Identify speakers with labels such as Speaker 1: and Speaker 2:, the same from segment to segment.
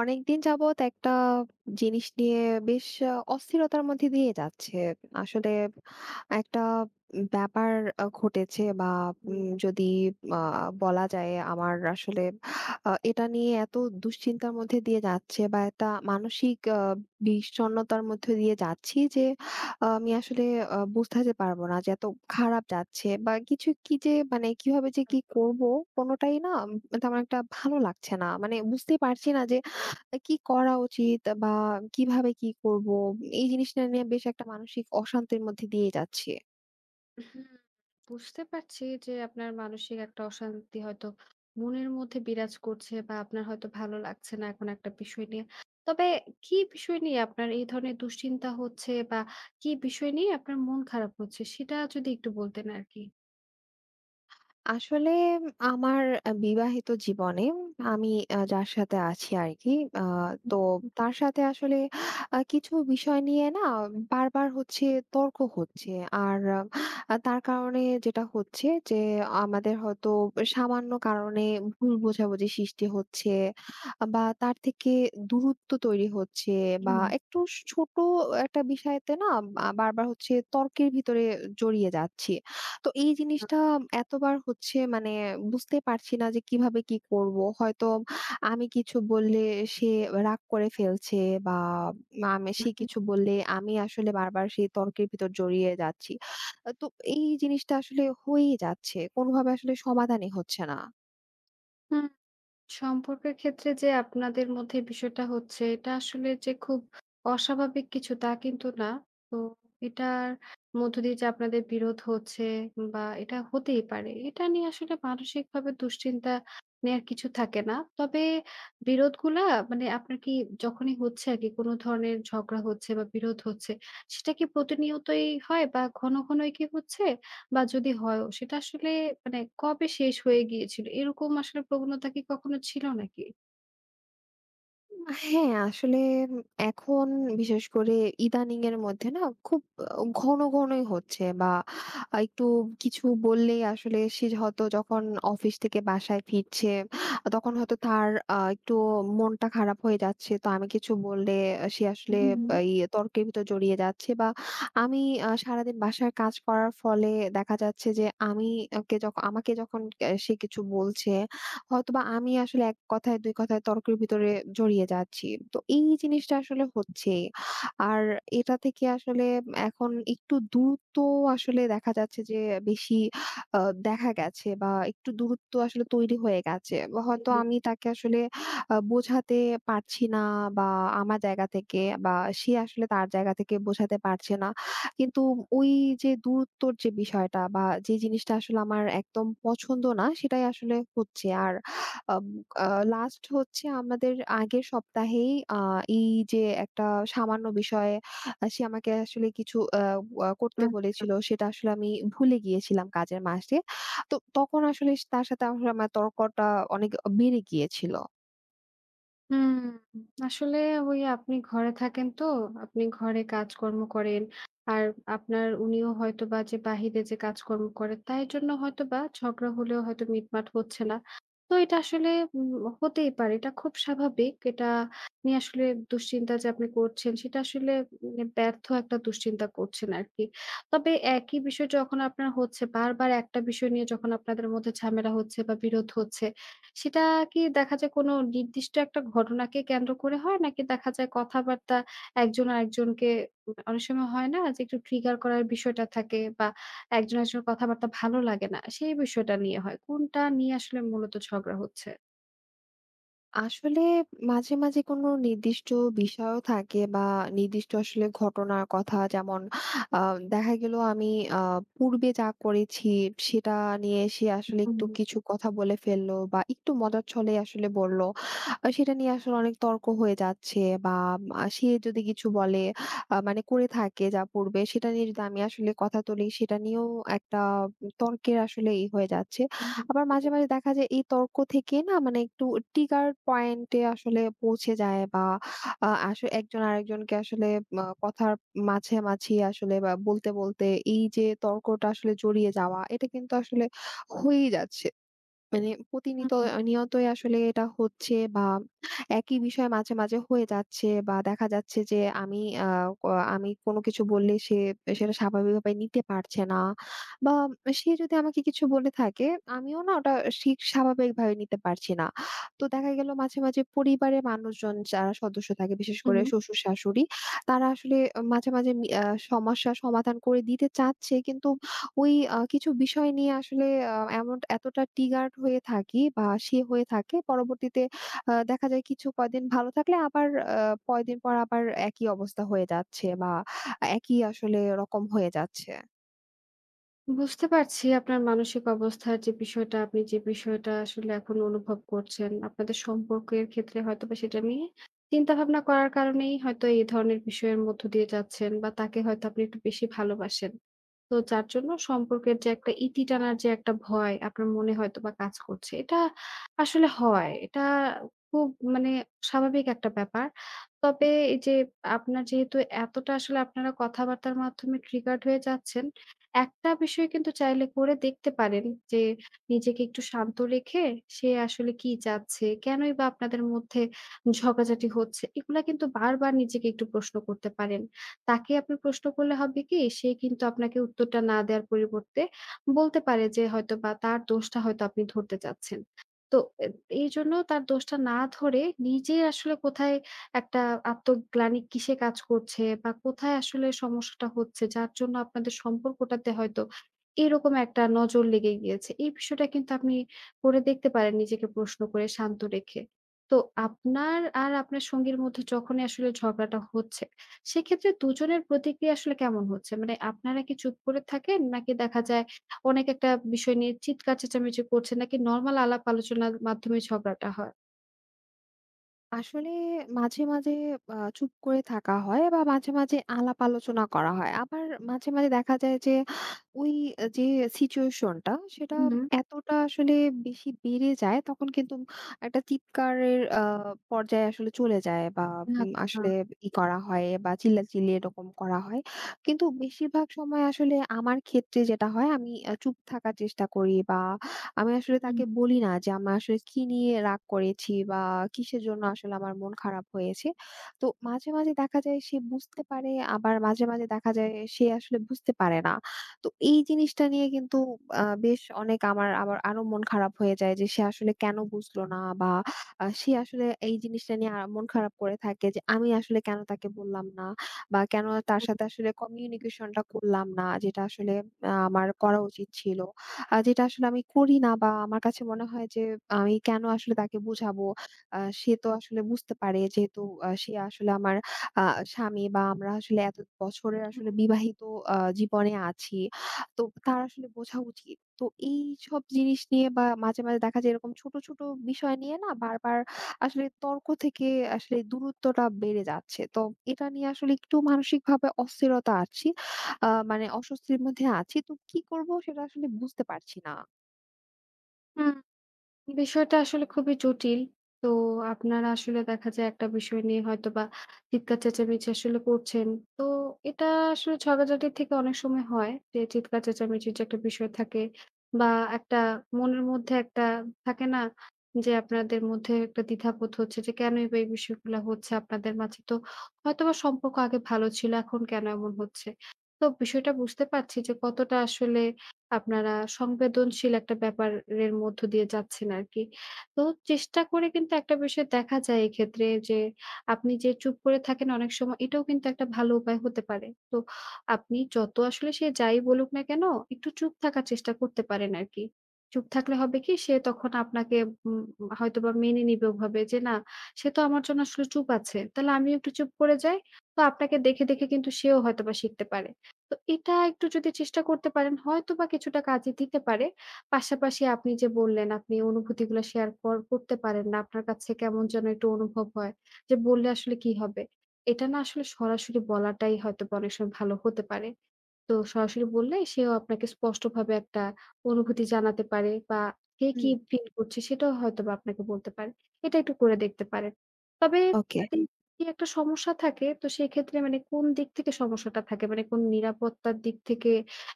Speaker 1: অনেকদিন যাবৎ একটা জিনিস নিয়ে বেশ অস্থিরতার মধ্যে দিয়ে যাচ্ছে। আসলে একটা ব্যাপার ঘটেছে বা
Speaker 2: হুম,
Speaker 1: যদি আ বলা যায় আমার আসলে এটা নিয়ে এত দুশ্চিন্তার মধ্যে দিয়ে যাচ্ছে বা একটা মানসিক বিষণ্ণতার মধ্যে দিয়ে যাচ্ছি যে আমি আসলে বুঝতে পারব না যে এত খারাপ যাচ্ছে বা কিছু কি, যে মানে কিভাবে, যে কি করব কোনটাই না। তেমন একটা ভালো লাগছে না। মানে বুঝতেই পারছি না যে কি করা উচিত বা কিভাবে কি করব? এই জিনিসটা নিয়ে বেশ একটা মানসিক অশান্তির মধ্যে দিয়ে যাচ্ছি।
Speaker 2: হুম, বুঝতে পারছি যে আপনার মানসিক একটা অশান্তি হয়তো মনের মধ্যে বিরাজ করছে বা আপনার হয়তো ভালো লাগছে না এখন একটা বিষয় নিয়ে। তবে কি বিষয় নিয়ে আপনার এই ধরনের দুশ্চিন্তা হচ্ছে বা কি বিষয় নিয়ে আপনার মন খারাপ হচ্ছে সেটা যদি একটু বলতেন আরকি?
Speaker 1: আসলে আমার বিবাহিত জীবনে আমি যার সাথে আছি আরকি, আ তো
Speaker 2: হুম,
Speaker 1: তার সাথে আসলে কিছু বিষয় নিয়ে না বারবার হচ্ছে, তর্ক হচ্ছে। আর তার কারণে যেটা হচ্ছে যে, আমাদের হয়তো সামান্য কারণে ভুল বোঝাবুঝি সৃষ্টি হচ্ছে বা তার থেকে দূরত্ব তৈরি হচ্ছে, বা
Speaker 2: হুম।
Speaker 1: একটু ছোট একটা বিষয়তে না বা বারবার হচ্ছে, তর্কের ভিতরে জড়িয়ে যাচ্ছি। তো এই
Speaker 2: আচ্ছা।
Speaker 1: জিনিসটা এতবার হচ্ছে মানে বুঝতে পারছি না যে কিভাবে কি করব। হয়তো আমি কিছু বললে সে রাগ করে ফেলছে, বা আমি সে কিছু বললে আমি আসলে বারবার সেই তর্কের ভিতর জড়িয়ে যাচ্ছি। তো এই জিনিসটা আসলে হয়েই যাচ্ছে। কোনোভাবে আসলে সমাধানই হচ্ছে না।
Speaker 2: হুম। সম্পর্কের ক্ষেত্রে যে আপনাদের মধ্যে বিষয়টা হচ্ছে, এটা আসলে যে খুব অস্বাভাবিক কিছু তা কিন্তু না। তো এটার মধ্য দিয়ে যে আপনাদের বিরোধ হচ্ছে বা এটা হতেই পারে। এটা নিয়ে আসলে মানসিকভাবে দুশ্চিন্তা নেয়ার কিছু থাকে না। তবে বিরোধগুলা মানে আপনার কি যখনই হচ্ছে আরকি কোনো ধরনের ঝগড়া হচ্ছে বা বিরোধ হচ্ছে, সেটা কি প্রতিনিয়তই হয় বা ঘন, ঘনই কি হচ্ছে? বা যদি হয়ও সেটা আসলে মানে কবে শেষ হয়ে গিয়েছিল? এরকম আসলে প্রবণতা কি কখনো ছিল নাকি?
Speaker 1: হ্যাঁ, আসলে এখন বিশেষ করে ইদানিং এর মধ্যে না খুব ঘন ঘনই হচ্ছে, বা একটু কিছু বললেই আসলে সে হয়তো, যখন অফিস থেকে বাসায় ফিরছে তখন হয়তো তার একটু মনটা খারাপ হয়ে যাচ্ছে, তো আমি কিছু বললে সে আসলে
Speaker 2: হুম।
Speaker 1: এই তর্কের ভিতর জড়িয়ে যাচ্ছে। বা আমি সারাদিন বাসার কাজ করার ফলে দেখা যাচ্ছে যে আমি কে যখন আমাকে যখন সে কিছু বলছে, হয়তোবা আমি আসলে এক কথায় ২ কথায় তর্কের ভিতরে জড়িয়ে যাচ্ছি। তো এই জিনিসটা আসলে হচ্ছেই। আর এটা থেকে আসলে এখন একটু দূরত্ব আসলে দেখা যাচ্ছে যে বেশি আ দেখা গেছে, বা একটু দূরত্ব আসলে তৈরি হয়ে গেছে। বা হয়তো আমি তাকে আসলে বোঝাতে পারছি না বা আমার জায়গা থেকে, বা সে আসলে তার জায়গা থেকে বোঝাতে পারছে না। কিন্তু ওই যে দূরত্বর যে বিষয়টা বা যে জিনিসটা আসলে আমার একদম পছন্দ না, সেটাই আসলে হচ্ছে। আর আম আ লাস্ট হচ্ছে, আমাদের আগের সপ্তাহেই এই যে একটা সামান্য বিষয়ে সে আমাকে আসলে কিছু আ আ করতে বলেছিল, সেটা আসলে আমি ভুলে গিয়েছিলাম কাজের মাঝে। তো তখন আসলে তার সাথে আসলে আমার তর্কটা অনেক বেড়ে গিয়েছিল।
Speaker 2: হুম, আসলে ওই আপনি ঘরে থাকেন তো, আপনি ঘরে কাজকর্ম করেন। আর আপনার উনিও হয়তোবা যে বাহিরে যে কাজকর্ম করে তাই জন্য হয়তোবা ঝগড়া হলেও হয়তো মিটমাট হচ্ছে না। তো এটা আসলে উম হতেই পারে। এটা খুব স্বাভাবিক। এটা নিয়ে আসলে দুশ্চিন্তা যে আপনি করছেন সেটা আসলে মানে ব্যর্থ একটা দুশ্চিন্তা করছেন আরকি। তবে একই বিষয় যখন আপনার হচ্ছে বারবার একটা বিষয় নিয়ে যখন আপনাদের মধ্যে ঝামেলা হচ্ছে বা বিরোধ হচ্ছে সেটা কি দেখা যায় কোনো নির্দিষ্ট একটা ঘটনাকে কেন্দ্র করে হয়? নাকি দেখা যায় কথাবার্তা একজন আরেকজনকে অনেক সময় হয় না যে একটু ট্রিগার করার বিষয়টা থাকে বা একজন আরেকজনের কথাবার্তা ভালো লাগে না, সেই বিষয়টা নিয়ে হয়? কোনটা নিয়ে আসলে মূলত ঝগড়া হচ্ছে?
Speaker 1: আসলে মাঝে, মাঝে কোনো নির্দিষ্ট বিষয়ও থাকে, বা নির্দিষ্ট আসলে ঘটনার কথা, যেমন আ দেখা গেল আমি আ পূর্বে যা করেছি সেটা নিয়ে সে আসলে একটু
Speaker 2: হুম,
Speaker 1: কিছু কথা বলে ফেললো, বা একটু মজার ছলে আসলে বলল। সেটা নিয়ে আসলে অনেক তর্ক হয়ে যাচ্ছে, বা সে যদি কিছু বলে মানে করে থাকে যা পূর্বে, সেটা নিয়ে যদি আমি আসলে কথা তুলি সেটা নিয়েও একটা তর্কের আসলে ই হয়ে যাচ্ছে।
Speaker 2: হুম,
Speaker 1: আবার মাঝে, মাঝে দেখা যায় এই তর্ক থেকে না মানে একটু ট্রিগার পয়েন্টে আসলে পৌঁছে যায়, বা আ আস একজন আরেকজনকে আসলে কথার মাঝামাঝি আসলে, বা বলতে, বলতে এই যে তর্কটা আসলে জড়িয়ে যাওয়া, এটা কিন্তু আসলে হয়েই যাচ্ছে। মানে প্রতিনিয়ত
Speaker 2: হুম,
Speaker 1: নিয়তই আসলে এটা হচ্ছে, বা একই বিষয় মাঝে, মাঝে হয়ে যাচ্ছে, বা দেখা যাচ্ছে যে আমি আ ক আমি কোনো কিছু বললে সে সেটা স্বাভাবিকভাবে নিতে পারছে না, বা সে যদি আমাকে কিছু বলে থাকে আমিও না ওটা ঠিক স্বাভাবিকভাবে নিতে পারছি না। তো দেখা গেল, মাঝে, মাঝে পরিবারের মানুষজন যারা সদস্য থাকে, বিশেষ
Speaker 2: হুম।
Speaker 1: করে শ্বশুর-শাশুড়ি, তারা আসলে মাঝে, মাঝে মি আ সমস্যার সমাধান করে দিতে চাচ্ছে, কিন্তু ওই কিছু বিষয় নিয়ে আসলে আ এমন এতটা triggered হয়ে থাকি, বা সে হয়ে থাকে। পরবর্তীতে দেখা যায় কিছু কয়দিন ভালো থাকলে আবার আ কয়দিন পর আবার একই অবস্থা হয়ে যাচ্ছে, বা একই আসলে রকম হয়ে যাচ্ছে।
Speaker 2: বুঝতে পারছি আপনার মানসিক অবস্থার যে বিষয়টা, আপনি যে বিষয়টা আসলে এখন অনুভব করছেন। আপনাদের সম্পর্কের ক্ষেত্রে হয়তোবা সেটা নিয়ে চিন্তাভাবনা করার কারণেই হয়তো এই ধরনের বিষয়ের মধ্য দিয়ে যাচ্ছেন বা তাকে হয়তো আপনি একটু বেশি ভালোবাসেন। তো যার জন্য সম্পর্কের যে একটা ইতি টানার যে একটা ভয় আপনার মনে হয়তোবা কাজ করছে। এটা আসলে হয়। এটা খুব মানে স্বাভাবিক একটা ব্যাপার। তবে এই যে আপনার যেহেতু এতটা আসলে আপনারা কথাবার্তার মাধ্যমে ট্রিগার্ড হয়ে যাচ্ছেন, একটা বিষয় কিন্তু চাইলে করে দেখতে পারেন যে নিজেকে একটু শান্ত রেখে সে আসলে কি চাচ্ছে, কেনই বা আপনাদের মধ্যে ঝগড়াঝাটি হচ্ছে, এগুলা কিন্তু বারবার নিজেকে একটু প্রশ্ন করতে পারেন। তাকে আপনি প্রশ্ন করলে হবে কি, সে কিন্তু আপনাকে উত্তরটা না দেওয়ার পরিবর্তে বলতে পারে যে হয়তোবা তার দোষটা হয়তো আপনি ধরতে চাচ্ছেন। তো এ এইজন্য তার দোষটা না ধরে নিজে আসলে কোথায় একটা আত্মগ্লানি কিসে কাজ করছে বা কোথায় আসলে সমস্যাটা হচ্ছে যার জন্য আপনাদের সম্পর্কটাতে হয়তো এরকম একটা নজর লেগে গিয়েছে। এই বিষয়টা কিন্তু আপনি করে দেখতে পারেন নিজেকে প্রশ্ন করে শান্ত রেখে। তো আপনার আর আপনার সঙ্গীর মধ্যে যখনই আসলে ঝগড়াটা হচ্ছে সেক্ষেত্রে দুজনের প্রতিক্রিয়া আসলে কেমন হচ্ছে? মানে আপনারা কি চুপ করে থাকেন? নাকি দেখা যায় অনেক একটা বিষয় নিয়ে চিৎকার চেঁচামেচি করছেন? নাকি নরমাল আলাপ আলোচনার মাধ্যমে ঝগড়াটা হয়?
Speaker 1: আসলে মাঝে, মাঝে চুপ করে থাকা হয়, বা মাঝে, মাঝে আলাপ আলোচনা করা হয়। আবার মাঝে, মাঝে দেখা যায় যে ওই যে সিচুয়েশন টা সেটা
Speaker 2: হুম, হুম।
Speaker 1: এতটা আসলে বেশি বেড়ে যায়, তখন কিন্তু একটা চিৎকারের পর্যায়ে আসলে চলে যায়, বা
Speaker 2: আচ্ছা।
Speaker 1: আসলে ই করা হয় বা চিল্লাচিল্লি এরকম করা হয়। কিন্তু বেশিরভাগ সময় আসলে আমার ক্ষেত্রে যেটা হয়, আমি চুপ থাকার চেষ্টা করি, বা আমি আসলে
Speaker 2: হুম,
Speaker 1: তাকে বলি না যে আমি আসলে কি নিয়ে রাগ করেছি, বা কিসের জন্য আসলে আমার মন খারাপ হয়েছে। তো মাঝে, মাঝে দেখা যায় সে বুঝতে পারে, আবার মাঝে, মাঝে দেখা যায় সে আসলে বুঝতে পারে না। তো এই জিনিসটা নিয়ে কিন্তু বেশ অনেক আমার আবার আরো মন খারাপ হয়ে যায় যে সে আসলে কেন বুঝলো না, বা সে আসলে এই জিনিসটা নিয়ে মন খারাপ করে থাকে যে আমি আসলে কেন তাকে বললাম না, বা কেন তার সাথে আসলে কমিউনিকেশনটা করলাম না, যেটা আসলে আমার করা উচিত ছিল। যেটা আসলে আমি করি না, বা আমার কাছে মনে হয় যে আমি কেন আসলে তাকে বুঝাবো। সে তো আসলে বুঝতে পারে, যেহেতু সে আসলে আমার আ স্বামী, বা আমরা আসলে এত বছরের আসলে বিবাহিত জীবনে আছি। তো তার আসলে বোঝা উচিত। তো এইসব জিনিস নিয়ে, বা মাঝে, মাঝে দেখা যায় এরকম ছোট, ছোট বিষয় নিয়ে না বারবার আসলে তর্ক থেকে আসলে দূরত্বটা বেড়ে যাচ্ছে। তো এটা নিয়ে আসলে একটু মানসিকভাবে অস্থিরতা আছে। মানে অস্বস্তির মধ্যে আছি। তো কি করব সেটা আসলে বুঝতে পারছি না।
Speaker 2: হুম। বিষয়টা আসলে খুবই জটিল। তো আপনারা আসলে দেখা যায় একটা বিষয় নিয়ে হয়তোবা চিৎকার চেঁচামেচি আসলে করছেন। তো এটা আসলে ঝগড়াঝাটির থেকে অনেক সময় হয় যে চিৎকার চেঁচামেচির যে একটা বিষয় থাকে বা একটা মনের মধ্যে একটা থাকে না? যে আপনাদের মধ্যে একটা দ্বিধাবোধ হচ্ছে যে কেনই বা এই বিষয়গুলা হচ্ছে আপনাদের মাঝে তো হয়তোবা সম্পর্ক আগে ভালো ছিল এখন কেন এমন হচ্ছে? তো বিষয়টা বুঝতে পারছি যে কতটা আসলে আপনারা সংবেদনশীল একটা ব্যাপারের মধ্য দিয়ে যাচ্ছেন আরকি। তো চেষ্টা করে কিন্তু একটা বিষয় দেখা যায় এক্ষেত্রে যে, আপনি যে চুপ করে থাকেন অনেক সময় এটাও কিন্তু একটা ভালো উপায় হতে পারে। তো আপনি যত আসলে সে যাই বলুক না কেন, একটু চুপ থাকার চেষ্টা করতে পারেন আরকি। চুপ থাকলে হবে কি সে তখন আপনাকে উম হয়তোবা মেনে নিবে ওভাবে যে, না সে তো আমার জন্য আসলে চুপ আছে। তাহলে আমিও একটু চুপ করে যাই। তো আপনাকে দেখে, দেখে কিন্তু সেও হয়তোবা শিখতে পারে। তো এটা একটু যদি চেষ্টা করতে পারেন হয়তোবা কিছুটা কাজে দিতে পারে। পাশাপাশি আপনি যে বললেন আপনি অনুভূতিগুলো শেয়ার করতে পারেন না। আপনার কাছে কেমন যেন একটু অনুভব হয় যে বললে আসলে কি হবে? এটা না আসলে সরাসরি বলাটাই হয়তোবা অনেক সময় ভালো হতে পারে। তো সরাসরি বললে সেও আপনাকে স্পষ্টভাবে একটা অনুভূতি জানাতে পারে বা সে
Speaker 1: হুম,
Speaker 2: কি ফিল করছে সেটাও হয়তোবা আপনাকে বলতে পারে। এটা একটু করে দেখতে পারেন। তবে
Speaker 1: ওকে।
Speaker 2: যদি কি একটা সমস্যা থাকে তো সেক্ষেত্রে মানে কোন দিক থেকে সমস্যাটা থাকে? মানে কোন নিরাপত্তার দিক থেকে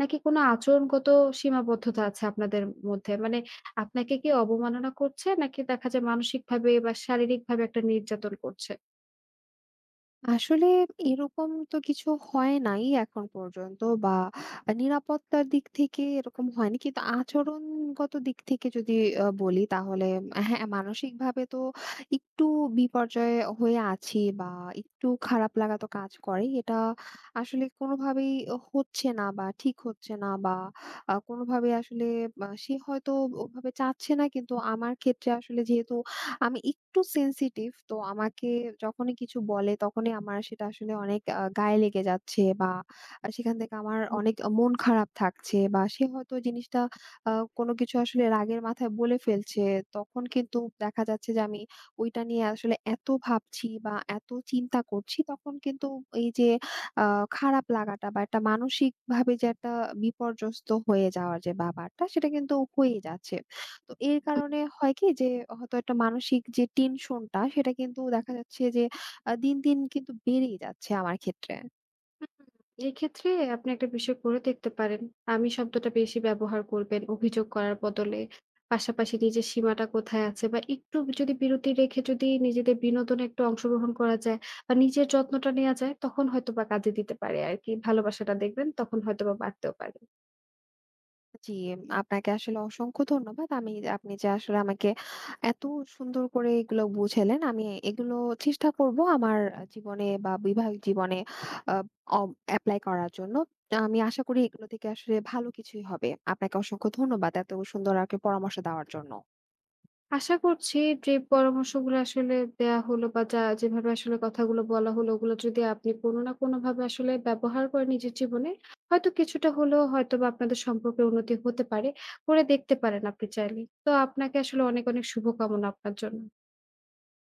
Speaker 2: নাকি কোনো আচরণগত সীমাবদ্ধতা আছে আপনাদের মধ্যে? মানে আপনাকে কি অবমাননা করছে নাকি দেখা যায় মানসিকভাবে বা শারীরিকভাবে একটা নির্যাতন করছে?
Speaker 1: আসলে এরকম তো কিছু হয় নাই এখন পর্যন্ত, বা নিরাপত্তার দিক থেকে এরকম হয়নি। কিন্তু আচরণগত দিক থেকে যদি বলি তাহলে হ্যাঁ, মানসিকভাবে তো একটু বিপর্যয়ে হয়ে আছি, বা একটু খারাপ লাগা তো কাজ করে। এটা আসলে কোনোভাবেই হচ্ছে না বা ঠিক হচ্ছে না, বা কোনোভাবে আসলে সে হয়তো ওভাবে চাচ্ছে না, কিন্তু আমার ক্ষেত্রে আসলে, যেহেতু আমি একটু সেনসিটিভ তো আমাকে যখনই কিছু বলে তখনই আমার সেটা আসলে অনেক গায়ে লেগে যাচ্ছে, বা সেখান থেকে আমার অনেক মন খারাপ থাকছে, বা সে হয়তো জিনিসটা আ কোনো কিছু আসলে রাগের মাথায় বলে ফেলছে। তখন কিন্তু দেখা যাচ্ছে যে আমি ওইটা নিয়ে আসলে এত ভাবছি বা এত চিন্তা করছি, তখন কিন্তু এই যে আ খারাপ লাগাটা, বা একটা মানসিকভাবে যে একটা বিপর্যস্ত হয়ে যাওয়ার যে ব্যাপারটা, সেটা কিন্তু হয়ে যাচ্ছে। তো এর কারণে হয় কি যে, হয়তো একটা মানসিক যে টেনশনটা সেটা কিন্তু দেখা যাচ্ছে যে দিন, দিন কিন্তু বেড়েই যাচ্ছে আমার ক্ষেত্রে।
Speaker 2: হুম, এক্ষেত্রে আপনি একটা বিষয় করে দেখতে পারেন। আমি শব্দটা বেশি ব্যবহার করবেন অভিযোগ করার বদলে। পাশাপাশি নিজের সীমাটা কোথায় আছে বা একটু যদি বিরতি রেখে যদি নিজেদের বিনোদনে একটু অংশগ্রহণ করা যায় বা নিজের যত্নটা নেওয়া যায় তখন হয়তোবা কাজে দিতে পারে আরকি। ভালোবাসাটা দেখবেন তখন হয়তোবা বাড়তেও পারে।
Speaker 1: জি, আপনাকে আসলে অসংখ্য ধন্যবাদ। আমি, আপনি যে আসলে আমাকে এত সুন্দর করে এগুলো বুঝালেন। আমি এগুলো চেষ্টা করব আমার জীবনে বা বৈবাহিক জীবনে আ অব এপ্লাই করার জন্য। আমি আশা করি এগুলো থেকে আসলে ভালো কিছুই হবে। আপনাকে অসংখ্য ধন্যবাদ, এত সুন্দর আরকি পরামর্শ দেওয়ার জন্য।
Speaker 2: আশা করছি যে পরামর্শগুলো আসলে দেয়া হলো বা যা যেভাবে আসলে কথাগুলো বলা হলো ওগুলো যদি আপনি কোনো না কোনোভাবে আসলে ব্যবহার করেন নিজের জীবনে, হয়তো কিছুটা হলেও হয়তোবা আপনাদের সম্পর্কের উন্নতি হতে পারে। করে দেখতে পারেন আপনি চাইলে। তো আপনাকে আসলে অনেক, অনেক শুভকামনা আপনার জন্য।